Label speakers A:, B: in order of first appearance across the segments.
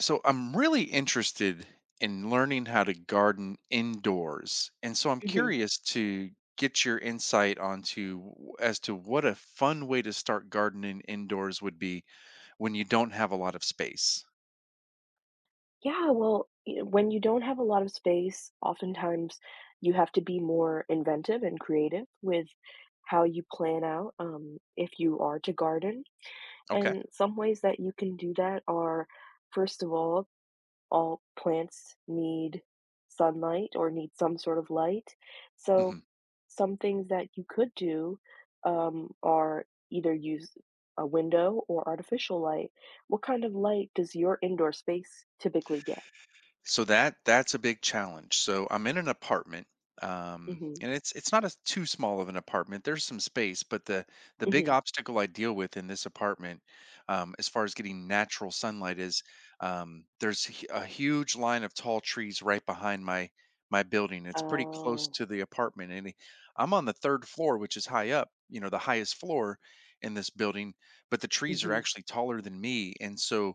A: So I'm really interested in learning how to garden indoors. And so I'm
B: Mhm.
A: curious to get your insight onto as to what a fun way to start gardening indoors would be when you don't have a lot of space.
B: Yeah, well, y when you don't have a lot of space, oftentimes you have to be more inventive and creative with how you plan out, if you are to garden,
A: Okay.
B: and some ways that you can do that are, first of all plants need sunlight or need some sort of light. So,
A: Mhm.
B: some things that you could do are either use a window or artificial light. What kind of light does your indoor space typically get?
A: So that's a big challenge. So I'm in an apartment,
B: Hmm.
A: and it's not a too small of an apartment. There's some space, but the big
B: Hmm.
A: obstacle I deal with in this apartment, as far as getting natural sunlight, is there's a huge line of tall trees right behind my building. It's pretty close
B: Oh.
A: to the apartment, and I'm on the third floor, which is high up, the highest floor in this building. But the trees are
B: Hmm.
A: actually taller than me, and so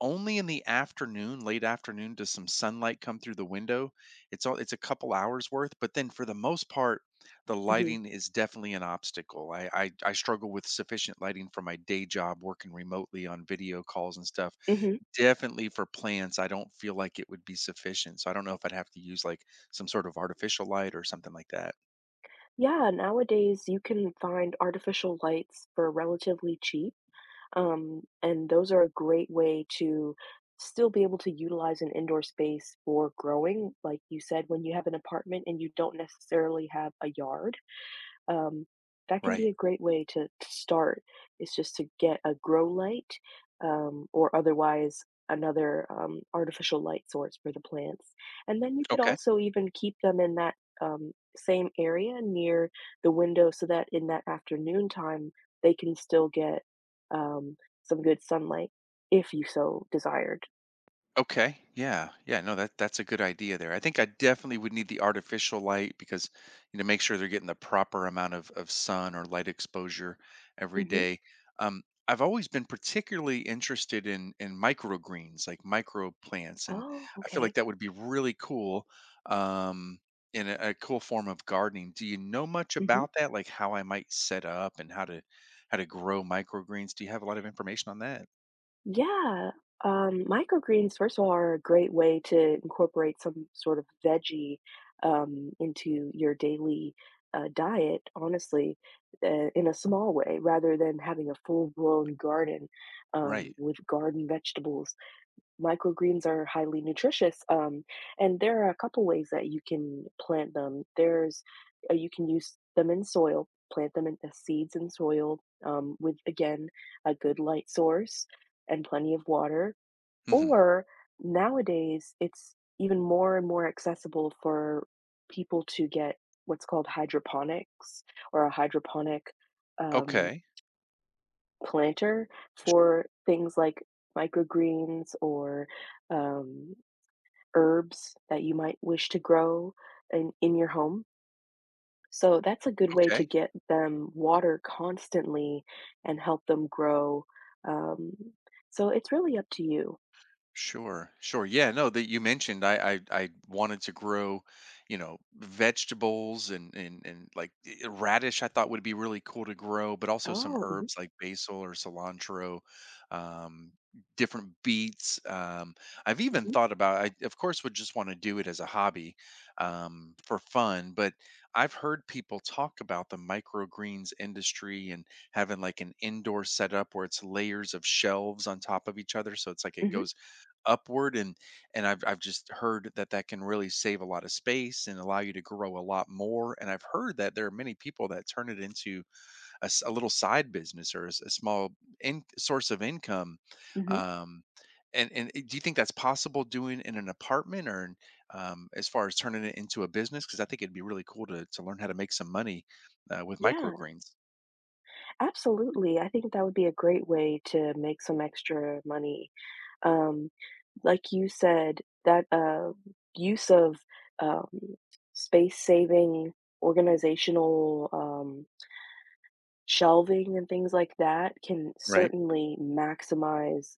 A: only in the afternoon, late afternoon, does some sunlight come through the window. It's a couple hours worth, but then for the most part, the
B: Hmm.
A: lighting is definitely an obstacle. I struggle with sufficient lighting for my day job, working remotely on video calls and stuff.
B: Hmm.
A: Definitely for plants, I don't feel like it would be sufficient. So I don't know if I'd have to use like some sort of artificial light or something like that.
B: Yeah, nowadays you can find artificial lights for relatively cheap. And those are a great way to still be able to utilize an indoor space for growing. Like you said, when you have an apartment and you don't necessarily have a yard um, that can be
A: Right.
B: a great way to start is just to get a grow light or otherwise another artificial light source for the plants and then you could
A: Okay.
B: also even keep them in that um, same area near the window so that in that afternoon time they can still get um, some good sunlight if you so desired.
A: Okay. Yeah. Yeah. No, that's a good idea there. I think I definitely would need the artificial light because, make sure they're getting the proper amount of sun or light exposure every
B: Hmm.
A: day. Um, I've always been particularly interested in microgreens, like micro plants, and
B: Oh,
A: I feel
B: okay.
A: like that would be really cool um, in a cool form of gardening. Do you know much
B: Mm-hmm.
A: about that? Like how I might set up and how to grow microgreens? Do you have a lot of information on that?
B: Yeah, microgreens, first of all, are a great way to incorporate some sort of veggie into your daily diet, honestly, in a small way, rather than having a full-blown garden
A: Right.
B: with garden vegetables. Microgreens are highly nutritious, and there are a couple ways that you can plant them. There's you can use them in soil, plant them in the seeds in soil with again a good light source and plenty of water.
A: Hmm.
B: Or nowadays, it's even more and more accessible for people to get what's called hydroponics or a hydroponic um,
A: Okay.
B: planter for things like microgreens or um, herbs that you might wish to grow in your home. So that's a good way to
A: Okay.
B: get them water constantly and help them grow. Um, so it's really up to you.
A: Sure, sure. Yeah, no, that you mentioned I wanted to grow, vegetables and like radish I thought would be really cool to grow, but also some
B: Oh,
A: herbs like basil or cilantro, um, different beets. I've even
B: mhm,
A: thought about, I of course would just want to do it as a hobby, for fun, but I've heard people talk about the microgreens industry and having like an indoor setup where it's layers of shelves on top of each other. So it's like it
B: mhm,
A: goes upward and I've just heard that that can really save a lot of space and allow you to grow a lot more, and I've heard that there are many people that turn it into a little side business or a small source of income,
B: mhm, mhm.
A: um and do you think that's possible doing in an apartment or in, as far as turning it into a business, because I think it'd be really cool to learn how to make some money with
B: Yeah,
A: microgreens.
B: absolutely. I think that would be a great way to make some extra money. Um, like you said, that use of um, space saving organizational shelving and things like that can
A: Right,
B: certainly maximize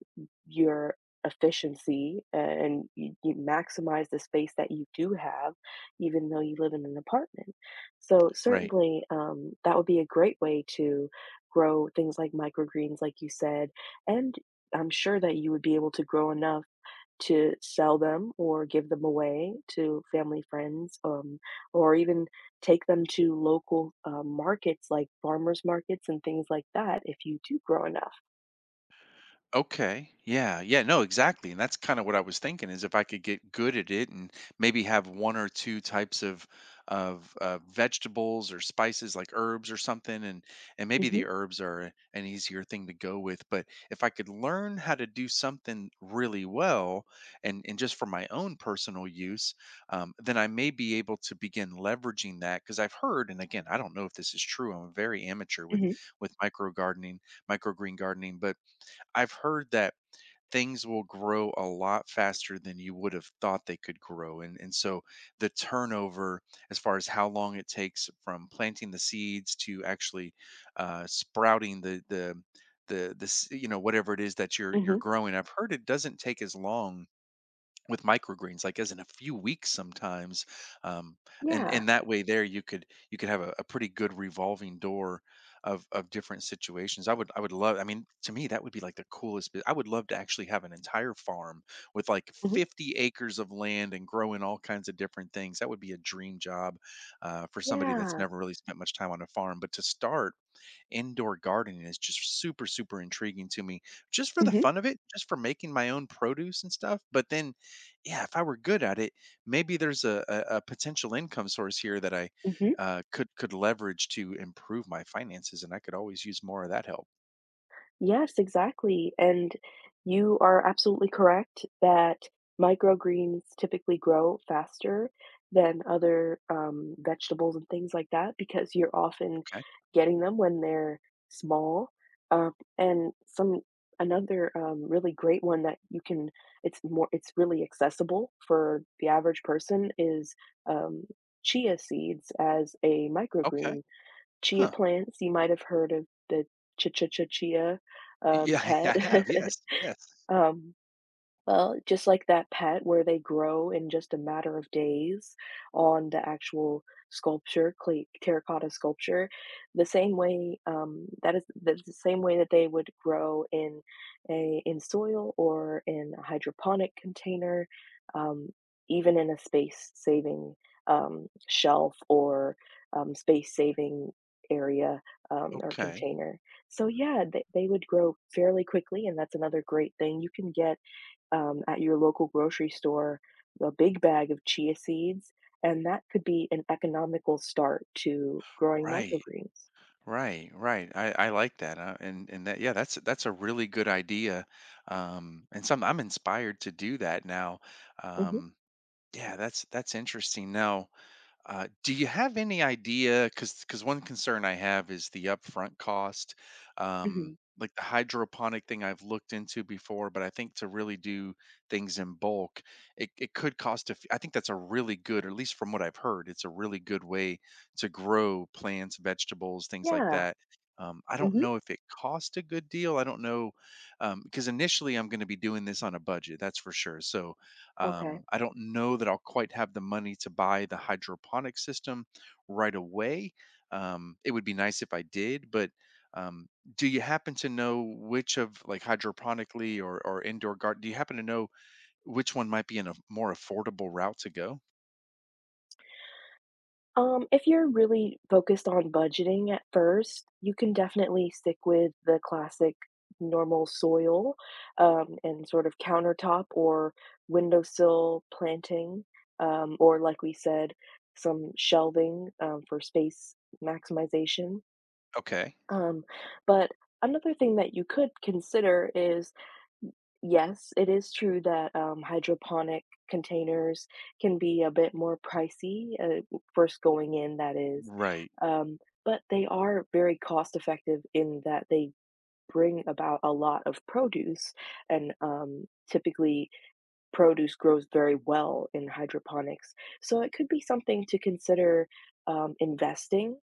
B: your efficiency and you maximize the space that you do have, even though you live in an apartment. So
A: right.
B: certainly, that would be a great way to grow things like microgreens, like you said, and I'm sure that you would be able to grow enough to sell them or give them away to family, friends, or even take them to local markets like farmers markets and things like that if you do grow enough.
A: Okay. Yeah. Yeah. No, exactly. And that's kind of what I was thinking is if I could get good at it and maybe have one or two types of vegetables or spices like herbs or something, and maybe
B: Mhm.
A: the herbs are an easier thing to go with, but if I could learn how to do something really well and just for my own personal use, then I may be able to begin leveraging that, because I've heard, and again I don't know if this is true, I'm very amateur with
B: Mhm.
A: with micro gardening microgreen gardening, but I've heard that things will grow a lot faster than you would have thought they could grow. And so the turnover, as far as how long it takes from planting the seeds to actually sprouting the whatever it is that you're
B: Mhm.
A: growing. I've heard it doesn't take as long with microgreens, like as in a few weeks sometimes, um,
B: Yeah.
A: and that way there you could have a pretty good revolving door of different situations. I would love, I mean, to me that would be like the coolest bit. I would love to actually have an entire farm with like
B: Mhm.
A: 50 acres of land and growing all kinds of different things. That would be a dream job for somebody that's
B: Yeah.
A: never really spent much time on a farm, but to start indoor gardening is just super, super intriguing to me, just for the
B: Mhm.
A: fun of it, just for making my own produce and stuff. But then, yeah, if I were good at it, maybe there's a potential income source here that I
B: Mhm.
A: could leverage to improve my finances, and I could always use more of that help.
B: Yes, exactly. And you are absolutely correct that microgreens typically grow faster than other vegetables and things like that because you're often
A: Okay.
B: getting them when they're small. And some another really great one that you can it's really accessible for the average person is um, chia seeds as a
A: Okay.
B: microgreen. Chia
A: Huh.
B: plants, you might have heard of the ch ch ch chia,
A: Yeah,
B: pet.
A: I have. Yes. Yes.
B: Um, well, just like that pet where they grow in just a matter of days on the actual sculpture, clay, terracotta sculpture, the same way that's the same way that they would grow in a in soil or in a hydroponic container, um, even in a space saving shelf or space saving area or
A: Okay.
B: container. So yeah, they would grow fairly quickly, and that's another great thing. You can get at your local grocery store a big bag of chia seeds, and that could be an economical start to growing
A: Right.
B: microgreens.
A: Right, right. I like that, and that, yeah, that's a really good idea, and some I'm inspired to do that now.
B: Mhm,
A: Um, yeah, that's interesting. Now, do you have any idea? Because one concern I have is the upfront cost. Um,
B: mhm.
A: like the hydroponic thing I've looked into before, but I think to really do things in bulk, it could cost a I think that's a really good, or at least from what I've heard, it's a really good way to grow plants, vegetables, things like
B: Yeah.
A: that. I don't
B: Mhm.
A: know if it cost a good deal. I don't know, because initially I'm going to be doing this on a budget, that's for sure. So
B: Okay.
A: I don't know that I'll quite have the money to buy the hydroponic system right away. It would be nice if I did, but, um, do you happen to know which of, like, hydroponically or indoor garden? Do you happen to know which one might be in a more affordable route to go?
B: If you're really focused on budgeting at first, you can definitely stick with the classic normal soil and sort of countertop or windowsill planting, or like we said, some shelving for space maximization.
A: Okay.
B: Um, but another thing that you could consider is yes, it is true that hydroponic containers can be a bit more pricey, first going in, that is.
A: Right.
B: Um, but they are very cost effective in that they bring about a lot of produce and typically produce grows very well in hydroponics. So it could be something to consider investing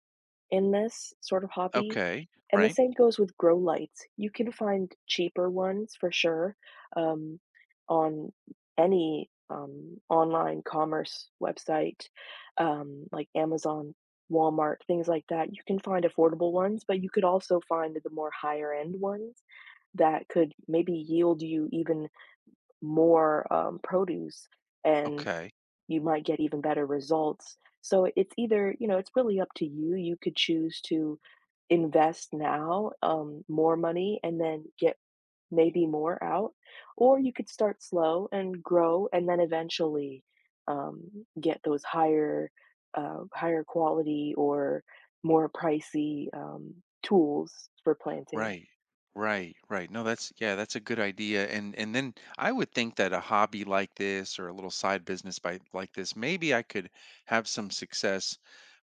B: in this sort of hobby.
A: Okay.
B: And the
A: Right.
B: same goes with grow lights. You can find cheaper ones for sure um, on any online commerce website, like Amazon, Walmart, things like that. You can find affordable ones, but you could also find the more higher end ones that could maybe yield you even more produce and
A: Okay.
B: you might get even better results. So it's either, it's really up to you. You could choose to invest now more money and then get maybe more out. Or you could start slow and grow, and then eventually get those higher quality or more pricey tools for planting.
A: Right. Right, right. No, that's yeah, that's a good idea. And then I would think that a hobby like this or a little side business by like this, maybe I could have some success,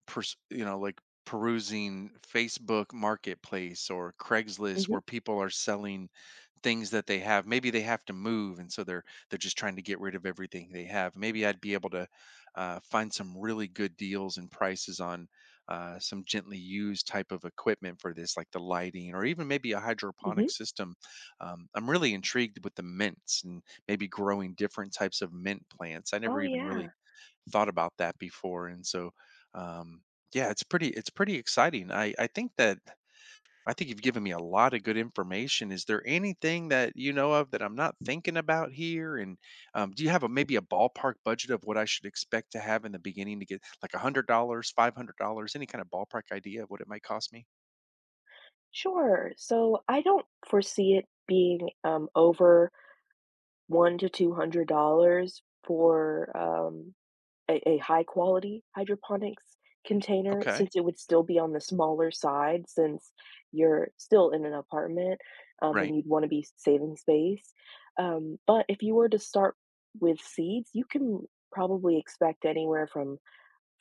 A: like perusing Facebook Marketplace or Craigslist, where
B: Hmm.
A: people are selling things that they have. Maybe they have to move, and so they're just trying to get rid of everything they have. Maybe I'd be able to find some really good deals and prices on some gently used type of equipment for this, like the lighting, or even maybe a hydroponic
B: Hmm.
A: system. I'm really intrigued with the mints, and maybe growing different types of mint plants. I
B: Oh,
A: never even really
B: yeah.
A: thought about that before, and so. Um, yeah, it's pretty exciting. I think you've given me a lot of good information. Is there anything that you know of that I'm not thinking about here? And, do you have a, maybe, a ballpark budget of what I should expect to have in the beginning to get, like, $100, $500, any kind of ballpark idea of what it might cost me?
B: Sure. So I don't foresee it being over one to two hundred dollars for a high quality hydroponics container, since
A: Okay.
B: it would still be on the smaller side, since you're still in an apartment and
A: Right.
B: you'd want to be saving space. But if you were to start with seeds, you can probably expect anywhere from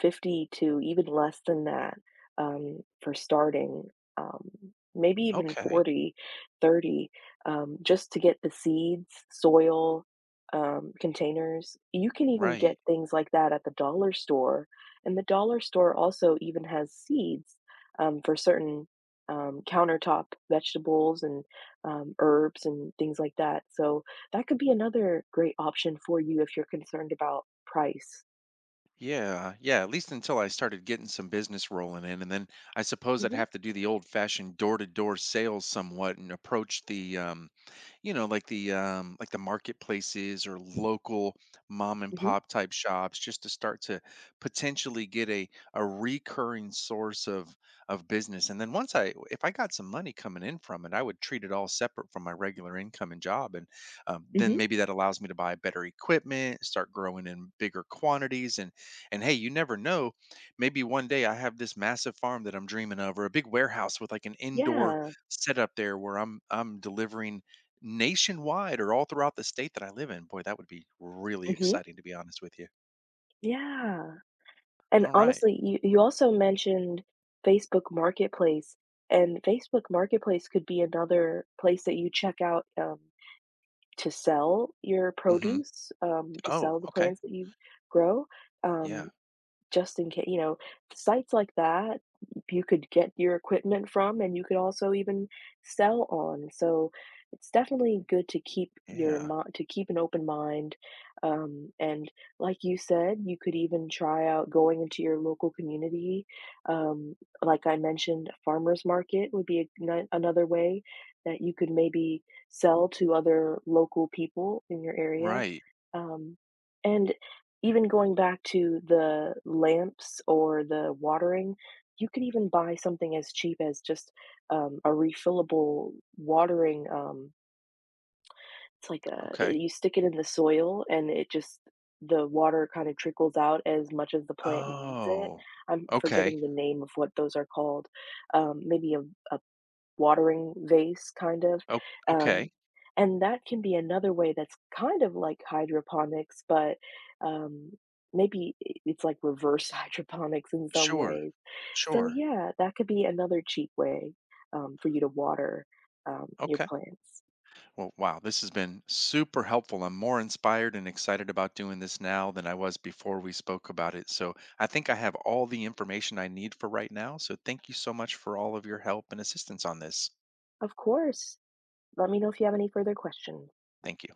B: 50 to even less than that for starting, um, maybe even
A: Okay.
B: 40, 30, just to get the seeds, soil, containers. You can even
A: Right.
B: get things like that at the dollar store. And the dollar store also even has seeds for certain countertop vegetables and herbs and things like that. So that could be another great option for you if you're concerned about price.
A: Yeah. Yeah. At least until I started getting some business rolling in. And then I suppose I'd
B: Hmm.
A: have to do the old fashioned door to door sales somewhat, and approach the, like the, like the marketplaces or local mom and
B: Hmm.
A: pop type shops, just to start to potentially get a recurring source of business. And then once if I got some money coming in from it, I would treat it all separate from my regular income and job. And, then
B: Hmm.
A: maybe that allows me to buy better equipment, start growing in bigger quantities, and hey, you never know, maybe one day I have this massive farm that I'm dreaming of, or a big warehouse with like an indoor
B: Yeah.
A: setup there where I'm delivering nationwide or all throughout the state that I live in. Boy, that would be really
B: Mhm.
A: exciting, to be honest with you.
B: Yeah. And
A: All right.
B: honestly, you also mentioned Facebook Marketplace, and Facebook Marketplace could be another place that you check out, to sell your
A: Mm-hmm.
B: produce, to
A: Oh,
B: sell the
A: okay.
B: plants that you grow.
A: Yeah.
B: Um Just in case, sites like that, you could get your equipment from and you could also even sell on, so it's definitely good
A: Yeah.
B: to keep an open mind, and like you said, you could even try out going into your local community, um, like I mentioned, a farmer's market would be a no another way that you could maybe sell to other local people in your area,
A: Right.
B: um, and even going back to the lamps or the watering, you could even buy something as cheap as just, a refillable watering, it's like a I
A: Okay.
B: you stick it in the soil and it just the water kinda trickles out as much as the plant needs it.
A: Oh.
B: I'm
A: Okay.
B: forgetting the name of what those are called, maybe a watering vase kind of.
A: Oh,
B: Um,
A: okay.
B: and that can be another way that's kind of like hydroponics, but um, maybe it's like reverse hydroponics in some
A: Sure.
B: ways. So
A: Sure.
B: yeah, that could be another cheap way for you to water your
A: Okay.
B: plants.
A: Well, wow, this has been super helpful. I'm more inspired and excited about doing this now than I was before we spoke about it. So I think I have all the information I need for right now. So thank you so much for all of your help and assistance on this.
B: Of course. Let me know if you have any further questions.
A: Thank you.